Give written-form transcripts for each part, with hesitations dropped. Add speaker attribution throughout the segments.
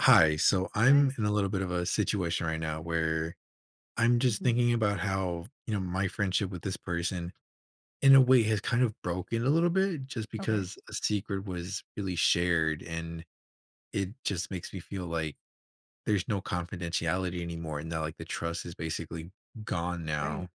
Speaker 1: Hi. So I'm
Speaker 2: Right.
Speaker 1: in a little bit of a situation right now where I'm just
Speaker 2: Hmm.
Speaker 1: thinking about how, my friendship with this person in a way has kind of broken a little bit just
Speaker 2: Okay.
Speaker 1: because a secret was really shared and it just makes me feel like there's no confidentiality anymore and that like the trust is basically gone now.
Speaker 2: Right.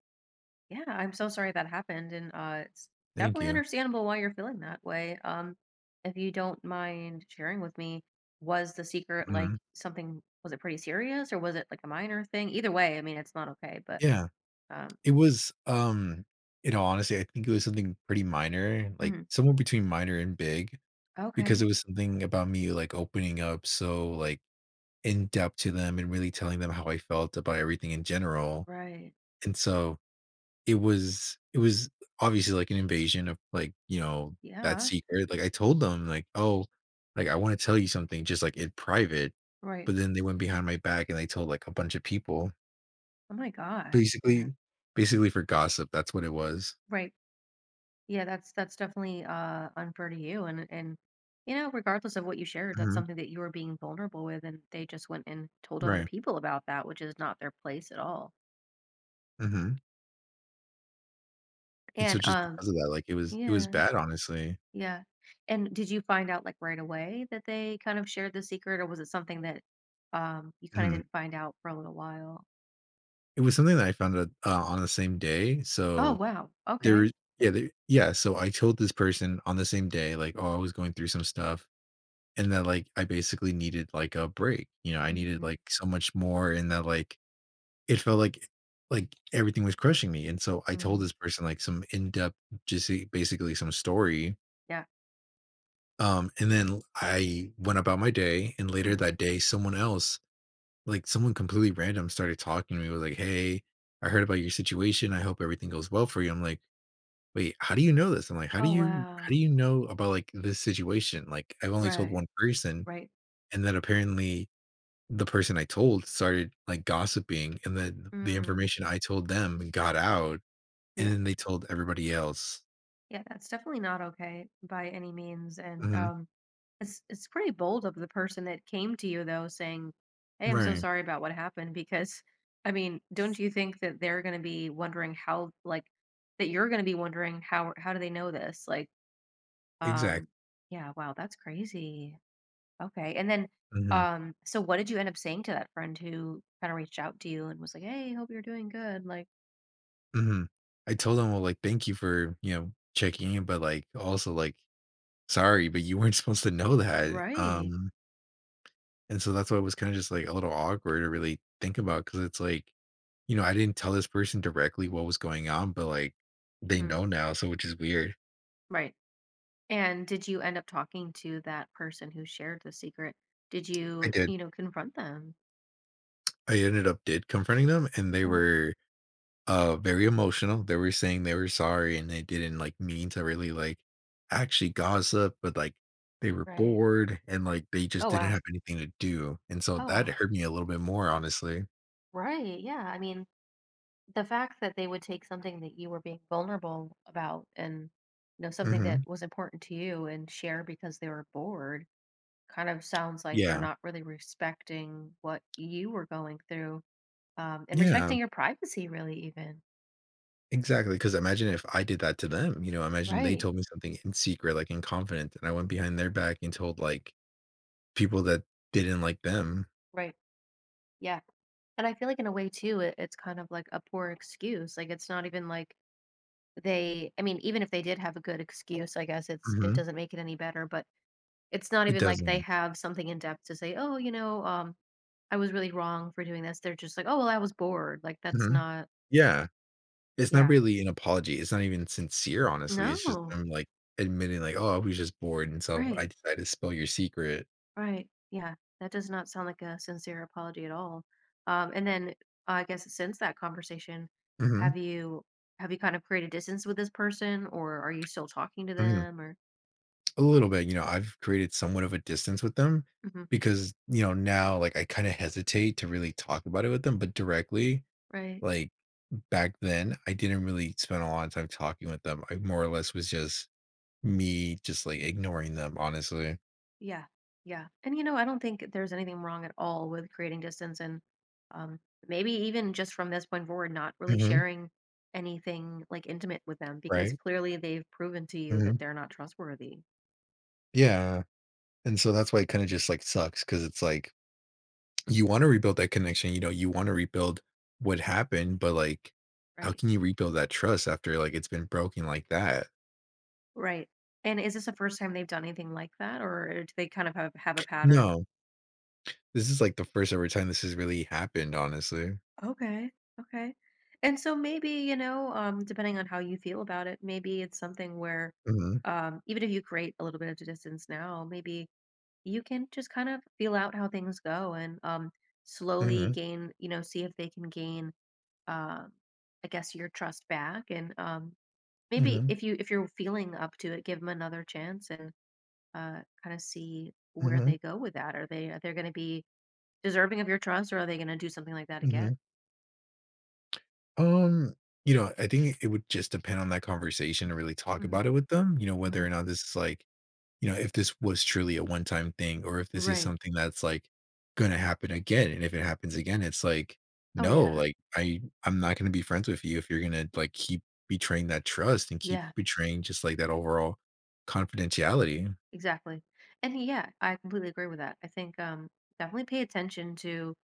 Speaker 2: Yeah. I'm so sorry that happened, and it's
Speaker 1: Thank
Speaker 2: definitely
Speaker 1: you.
Speaker 2: understandable why you're feeling that way. If you don't mind sharing with me, was the secret like
Speaker 1: Mhm.
Speaker 2: something? Was it pretty serious, or was it like a minor thing? Either way, I mean, it's not okay. But
Speaker 1: Yeah.
Speaker 2: um,
Speaker 1: It was in all honesty, I think it was something pretty minor, like
Speaker 2: mhm.
Speaker 1: somewhere between minor and big. Because
Speaker 2: Okay.
Speaker 1: it was something about me, like, opening up so, like, in depth to them and really telling them how I felt about everything in general,
Speaker 2: Right.
Speaker 1: and so it was obviously, like, an invasion of, like, that
Speaker 2: Yeah.
Speaker 1: secret, like, I told them, like, "Oh, like, I wanna tell you something just, like, in private,"
Speaker 2: Right.
Speaker 1: but then they went behind my back and they told, like, a bunch of people,
Speaker 2: Oh my gosh. Yeah.
Speaker 1: basically basically for gossip, that's what it was.
Speaker 2: Right. Yeah, that's definitely unfair to you, and you know, regardless of what you shared, that's
Speaker 1: Mhm,
Speaker 2: something that you were being vulnerable with, and they just went and told other
Speaker 1: right,
Speaker 2: people about that, which is not their place at all.
Speaker 1: mhm, and so
Speaker 2: And
Speaker 1: just because of that, like, it was
Speaker 2: yeah,
Speaker 1: bad, honestly.
Speaker 2: yeah. And did you find out like right away that they kind of shared the secret, or was it something that you kind of
Speaker 1: Mhm.
Speaker 2: didn't find out for a little while?
Speaker 1: It was something that I found out, on the same day, so.
Speaker 2: Oh, wow.
Speaker 1: Mm.
Speaker 2: Okay.
Speaker 1: So I told this person on the same day, like, "Oh, I was going through some stuff," and that, like, I basically needed, like, a break, I needed,
Speaker 2: Mhm.
Speaker 1: like, so much more and that, like, it felt like everything was crushing me, and so I told
Speaker 2: Mhm.
Speaker 1: this person, like, some in-depth just e basically some story,
Speaker 2: Yeah.
Speaker 1: and then I went about my day, and later
Speaker 2: Mhm.
Speaker 1: that day, someone else. Like, someone completely random started talking to me, was like, "Hey, I heard about your situation. I hope everything goes well for you." I'm like, "Wait, how do you know this?" I'm like,
Speaker 2: Oh,
Speaker 1: how do
Speaker 2: wow.
Speaker 1: you know about, like, this situation?" Like, I've only told
Speaker 2: Right.
Speaker 1: one person,
Speaker 2: Right.
Speaker 1: and then apparently the person I told started, like, gossiping, and then the
Speaker 2: Mm.
Speaker 1: information I told them got out, and
Speaker 2: Yeah.
Speaker 1: then they told everybody else.
Speaker 2: Yeah, that's definitely not okay by any means. And
Speaker 1: Mhm.
Speaker 2: it's pretty bold of the person that came to you, though, saying, "Hey, I'm so
Speaker 1: Right.
Speaker 2: sorry about what happened," because I mean, don't you think that they're going to be wondering how like that you're going to be wondering how do they know this? Like um
Speaker 1: Exactly.
Speaker 2: yeah, wow, that's crazy. Okay. And then
Speaker 1: Mhm.
Speaker 2: so what did you end up saying to that friend who kind of reached out to you and was like, "Hey, hope you're doing good." Like,
Speaker 1: Mhm. I told them, "Well, like, thank you for, checking in, but, like, also, like, sorry, but you weren't supposed to know that,
Speaker 2: right.
Speaker 1: and so that's why it was kinda just, like, a little awkward to really think about. Because it's like, I didn't tell this person directly what was going on, but, like, they
Speaker 2: Hmm.
Speaker 1: know now, so which is weird.
Speaker 2: Right. And did you end up talking to that person who shared the secret? Did
Speaker 1: I
Speaker 2: you,
Speaker 1: did.
Speaker 2: you know, confront them?
Speaker 1: I ended up did confronting them, and they
Speaker 2: Oh,
Speaker 1: were, very emotional. They were saying they were sorry, and they didn't, like, mean to really, like, actually gossip, but, like, they were
Speaker 2: right.
Speaker 1: bored, and, like, they just
Speaker 2: Oh,
Speaker 1: didn't
Speaker 2: wow.
Speaker 1: have anything to do, and so
Speaker 2: Oh,
Speaker 1: that
Speaker 2: wow.
Speaker 1: hurt me a little bit more, honestly.
Speaker 2: Right. Yeah. I mean, the fact that they would take something that you were being vulnerable about and, you know, something
Speaker 1: Mhm.
Speaker 2: that was important to you and share because they were bored kind of sounds like they're
Speaker 1: Yeah.
Speaker 2: not really respecting what you were going through, and
Speaker 1: Yeah.
Speaker 2: respecting your privacy, really, even.
Speaker 1: Exactly, because imagine if I did that to them, imagine they
Speaker 2: Right.
Speaker 1: told me something in secret, like, in confidence, and I went behind their back and told, like, people that didn't like them.
Speaker 2: Right. Yeah. And I feel like in a way too, it's kind of like a poor excuse. Like, it's not even like they I mean, even if they did have a good excuse, I guess it
Speaker 1: Mhm.
Speaker 2: doesn't make it any better, but it's not
Speaker 1: It
Speaker 2: even like they
Speaker 1: doesn't.
Speaker 2: have something in depth to say, "Oh, you know, um, I was really wrong for doing this." They're just like, "Oh, well, I was bored." Like, that's
Speaker 1: Mhm.
Speaker 2: not
Speaker 1: Yeah. It's not
Speaker 2: yeah.
Speaker 1: really an apology, it's not even sincere, honestly, it's just
Speaker 2: No.
Speaker 1: I'm like, admitting, like, "Oh, I was just bored, and so
Speaker 2: Right.
Speaker 1: I decided to spill your secret."
Speaker 2: Right. Yeah. That does not sound like a sincere apology at all. And then I guess since that conversation,
Speaker 1: Mhm,
Speaker 2: have you have you kind of created distance with this person, or are you still talking to
Speaker 1: mhm.
Speaker 2: them, or
Speaker 1: A little bit, I've created somewhat of a distance with them
Speaker 2: mhm,
Speaker 1: because, now, like, I kinda hesitate to really talk about it with them, but directly.
Speaker 2: right?
Speaker 1: Like, back then, I didn't really spend a lot of time talking with them. I more or less was just me just, like, ignoring them, honestly.
Speaker 2: Yeah. Yeah. And you know, I don't think there's anything wrong at all with creating distance, and um maybe even just from this point forward not really
Speaker 1: Mhm.
Speaker 2: sharing anything like intimate with them, because
Speaker 1: Right?
Speaker 2: clearly they've proven to you
Speaker 1: Mhm.
Speaker 2: that they're not trustworthy.
Speaker 1: Yeah, and so that's why it kinda just, like, sucks because it's like, you wanna rebuild that connection, you wanna rebuild what happened, but, like, how
Speaker 2: Right.
Speaker 1: can you rebuild that trust after, like, it's been broken like that?
Speaker 2: Right. And is this the first time they've done anything like that, or do they kind of have a pattern?
Speaker 1: No. This is, like, the first ever time this has really happened, honestly.
Speaker 2: Okay. Okay. And so maybe, you know, depending on how you feel about it, maybe it's something where,
Speaker 1: Mhm.
Speaker 2: even if you create a little bit of distance now, maybe you can just kind of feel out how things go, and slowly
Speaker 1: Mhm.
Speaker 2: gain, you know, see if they can gain, um, I guess, your trust back. And maybe
Speaker 1: Mhm.
Speaker 2: if you're feeling up to it, give them another chance, and kind of see where
Speaker 1: Mhm.
Speaker 2: they go with that. Are they going to be deserving of your trust, or are they going to do something like that again?
Speaker 1: Mhm. Um, I think it would just depend on that conversation to really talk
Speaker 2: Hmm.
Speaker 1: about it with them, whether
Speaker 2: Hmm.
Speaker 1: or not this is like, if this was truly a one time thing or if this is
Speaker 2: Right.
Speaker 1: something that's like going to happen again. And if it happens again, it's like,
Speaker 2: Oh
Speaker 1: no,
Speaker 2: yeah.
Speaker 1: like I'm not going to be friends with you if you're going to like keep betraying that trust and keep
Speaker 2: Yeah.
Speaker 1: betraying just like that overall confidentiality.
Speaker 2: Exactly. And yeah, I completely agree with that. I think, definitely pay attention to,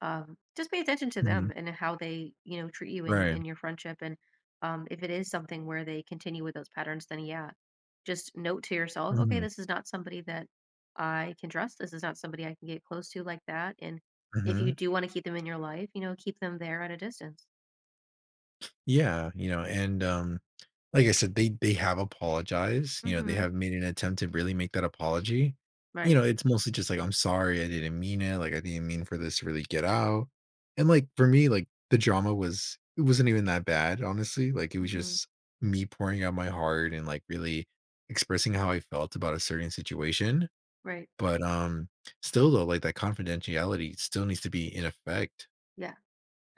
Speaker 2: just pay attention to
Speaker 1: Mhm.
Speaker 2: them and how they, you know, treat you
Speaker 1: Right.
Speaker 2: in your friendship, and if it is something where they continue with those patterns, then yeah, just note to yourself, okay,
Speaker 1: Hmm.
Speaker 2: this is not somebody that I can trust, this is not somebody I can get close to like that. And if you
Speaker 1: Hmm.
Speaker 2: do want to keep them in your life, you know, keep them there at a distance.
Speaker 1: Yeah. Like I said, they have apologized, they
Speaker 2: Mm-hmm.
Speaker 1: have made an attempt to really make that apology.
Speaker 2: Right.
Speaker 1: It's mostly just like, "I'm sorry, I didn't mean it, like, I didn't mean for this to really get out." And, like, for me, like, the drama was it wasn't even that bad, honestly, like, it was
Speaker 2: Mm-hmm.
Speaker 1: just me pouring out my heart and, like, really expressing how I felt about a certain situation.
Speaker 2: Right.
Speaker 1: But, still though, like, that confidentiality still needs to be in effect.
Speaker 2: Yeah.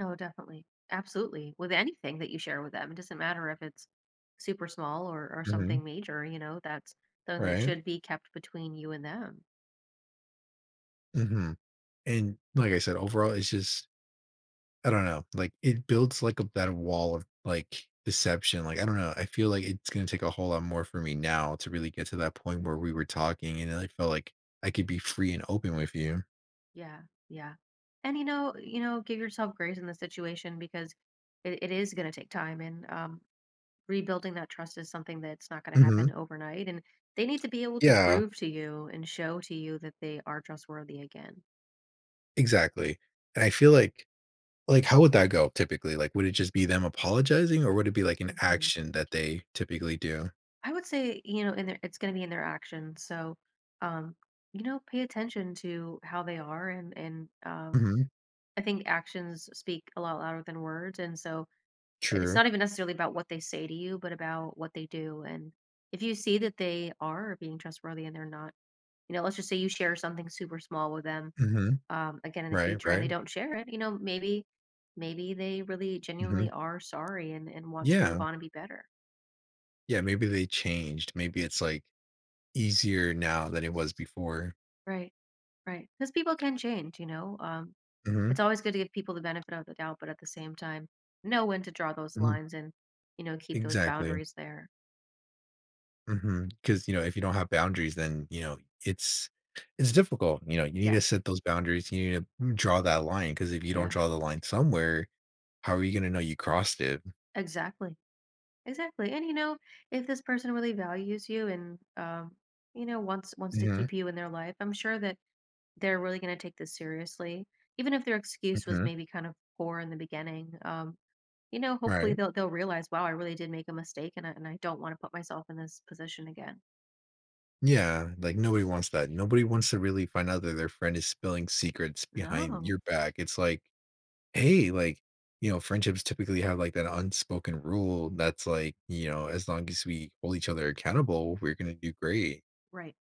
Speaker 2: Oh, definitely. Absolutely. With anything that you share with them, it doesn't matter if it's super small or
Speaker 1: Mhm.
Speaker 2: something major, you know, that's something that
Speaker 1: Right?
Speaker 2: should be kept between you and them.
Speaker 1: Mhm. And like I said, overall, it's just I don't know, like, it builds, like, a that wall of, like, deception, like, I don't know, I feel like it's gonna take a whole lot more for me now to really get to that point where we were talking and I felt like I could be free and open with you.
Speaker 2: Yeah. Yeah. And, you know, give yourself grace in the situation, because it is going to take time, and, rebuilding that trust is something that's not going to happen
Speaker 1: Mhm.
Speaker 2: overnight, and they need to be able to
Speaker 1: Yeah,
Speaker 2: prove to you and show to you that they are trustworthy again.
Speaker 1: exactly, and I feel like, how would that go typically? Like, would it just be them apologizing or would it be, like, an
Speaker 2: Mhm.
Speaker 1: action that they typically do?
Speaker 2: I would say, you know, in their it's going to be in their actions. So, um, you know, pay attention to how they are, and
Speaker 1: Mhm,
Speaker 2: I think actions speak a lot louder than words. And so, it's
Speaker 1: true.
Speaker 2: not even necessarily about what they say to you, but about what they do. And if you see that they are being trustworthy, and they're not, you know, let's just say you share something super small with them,
Speaker 1: Mhm.
Speaker 2: again in the
Speaker 1: Right,
Speaker 2: future, and they
Speaker 1: right.
Speaker 2: don't share it, you know, maybe maybe they really
Speaker 1: Mhm.
Speaker 2: genuinely are sorry and want to
Speaker 1: Yeah,
Speaker 2: move on and be better.
Speaker 1: yeah, maybe they changed, maybe it's, like, easier now than it was before.
Speaker 2: Right, right. Because people can change, you know.
Speaker 1: Mhm.
Speaker 2: It's always good to give people the benefit of the doubt, but at the same time, know when to draw those
Speaker 1: Mhm.
Speaker 2: lines, and, you know, keep those
Speaker 1: Exactly.
Speaker 2: boundaries there.
Speaker 1: Because if you don't have boundaries, then, it's it's difficult. You know you need to
Speaker 2: Yeah,
Speaker 1: set those boundaries. You need to draw that line. Because if you don't
Speaker 2: yeah,
Speaker 1: draw the line somewhere, how are you gonna know you crossed it?
Speaker 2: exactly, exactly. And you know, if this person really values you, and, you know, wants to
Speaker 1: Mhm,
Speaker 2: keep you in their life, I'm sure that they're really going to take this seriously, even if their excuse was
Speaker 1: mhm.
Speaker 2: maybe kind of poor in the beginning. You know, hopefully
Speaker 1: Right.
Speaker 2: they'll realize, wow, I really did make a mistake, and and I don't want to put myself in this position again.
Speaker 1: Yeah, like, nobody wants that. Nobody wants to really find out that their friend is spilling secrets behind
Speaker 2: No,
Speaker 1: your back. It's like, hey, like, friendships typically have, like, that unspoken rule that's like, as long as we hold each other accountable, we're gonna do great.
Speaker 2: right.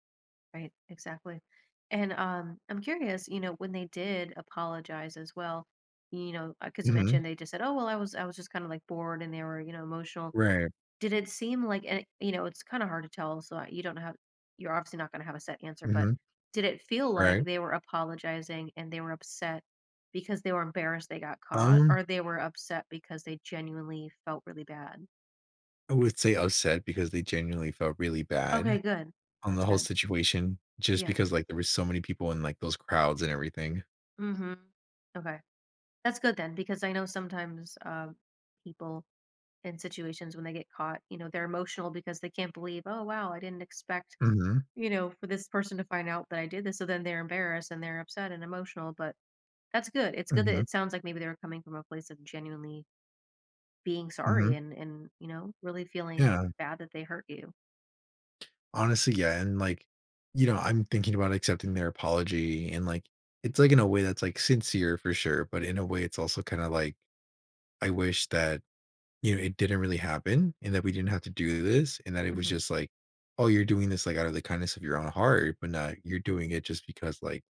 Speaker 2: Right, exactly. And I'm curious, you know, when they did apologize as well, you know, because you
Speaker 1: Mhm.
Speaker 2: mentioned they just said, "Oh, well, I was just kind of like bored," and they were, you know, emotional.
Speaker 1: Right.
Speaker 2: Did it seem like, and you know, it's kind of hard to tell, so you don't have, you're obviously not going to have a set answer, but
Speaker 1: Mhm.
Speaker 2: did it feel like
Speaker 1: Right.
Speaker 2: they were apologizing and they were upset because they were embarrassed they got caught,
Speaker 1: Um,
Speaker 2: or they were upset because they genuinely felt really bad?
Speaker 1: I would say upset because they genuinely felt really
Speaker 2: Okay,
Speaker 1: bad
Speaker 2: good.
Speaker 1: on
Speaker 2: That's
Speaker 1: the whole
Speaker 2: good.
Speaker 1: situation just
Speaker 2: Yeah.
Speaker 1: because, like, there were so many people in, like, those crowds and everything.
Speaker 2: Mm-hmm. Okay. That's good then, because I know sometimes, people in situations when they get caught, you know, they're emotional because they can't believe, oh, wow, I didn't expect,
Speaker 1: Mhm.
Speaker 2: you know, for this person to find out that I did this. So then they're embarrassed and they're upset and emotional. But that's good. It's good that
Speaker 1: Mhm.
Speaker 2: it sounds like maybe they were coming from a place of genuinely being sorry,
Speaker 1: Mhm.
Speaker 2: and you know, really feeling
Speaker 1: Yeah.
Speaker 2: bad that they hurt you.
Speaker 1: Honestly, yeah, and, like, I'm thinking about accepting their apology and, like, it's, like, in a way that's, like, sincere for sure, but in a way it's also kinda like, I wish that, it didn't really happen and that we didn't have to do this and that it was
Speaker 2: Mhm.
Speaker 1: just like, "Oh, you're doing this, like, out of the kindness of your own heart, but not you're doing it just because, like."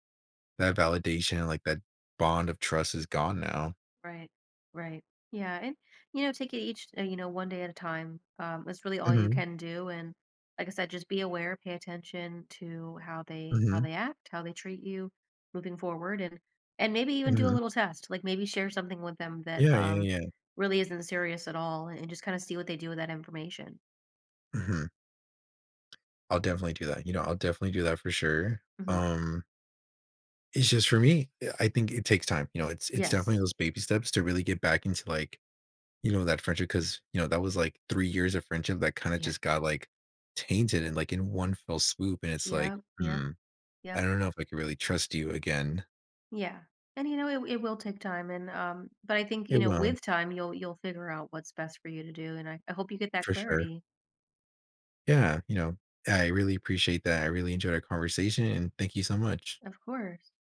Speaker 1: That validation, like, that bond of trust is gone now.
Speaker 2: Right. Right. Yeah. And, you know, take it each, you know, one day at a time. That's really all you
Speaker 1: Mhm,
Speaker 2: can do. And like I said, just be aware, pay attention to how
Speaker 1: mhm,
Speaker 2: they act, how they treat you moving forward. And maybe even do a
Speaker 1: mhm.
Speaker 2: little test, like maybe share something with them that,
Speaker 1: Yeah, yeah, yeah.
Speaker 2: really isn't serious at all, and just kind of see what they do with that information.
Speaker 1: Mhm. I'll definitely do that, I'll definitely do that for sure.
Speaker 2: Hmm.
Speaker 1: Um, it's just for me, eh, I think it takes time, it's definitely
Speaker 2: Yes.
Speaker 1: those baby steps to really get back into, like, that friendship because you know, that was, like, 3 years of friendship that kinda
Speaker 2: Yeah.
Speaker 1: just got, like, tainted and like, in one fell swoop, and it's like,
Speaker 2: Yeah. Yeah.
Speaker 1: "Hmm,
Speaker 2: Yeah.
Speaker 1: I don't know if I could really trust you again."
Speaker 2: Yeah. And you know, it will take time, and um, but I think, you
Speaker 1: It
Speaker 2: know,
Speaker 1: will,
Speaker 2: with time you'll figure out what's best for you to do, and I hope you get that
Speaker 1: for sure.
Speaker 2: clarity.
Speaker 1: Yeah, I really appreciate that. I really enjoyed our conversation and thank you so much.
Speaker 2: Of course.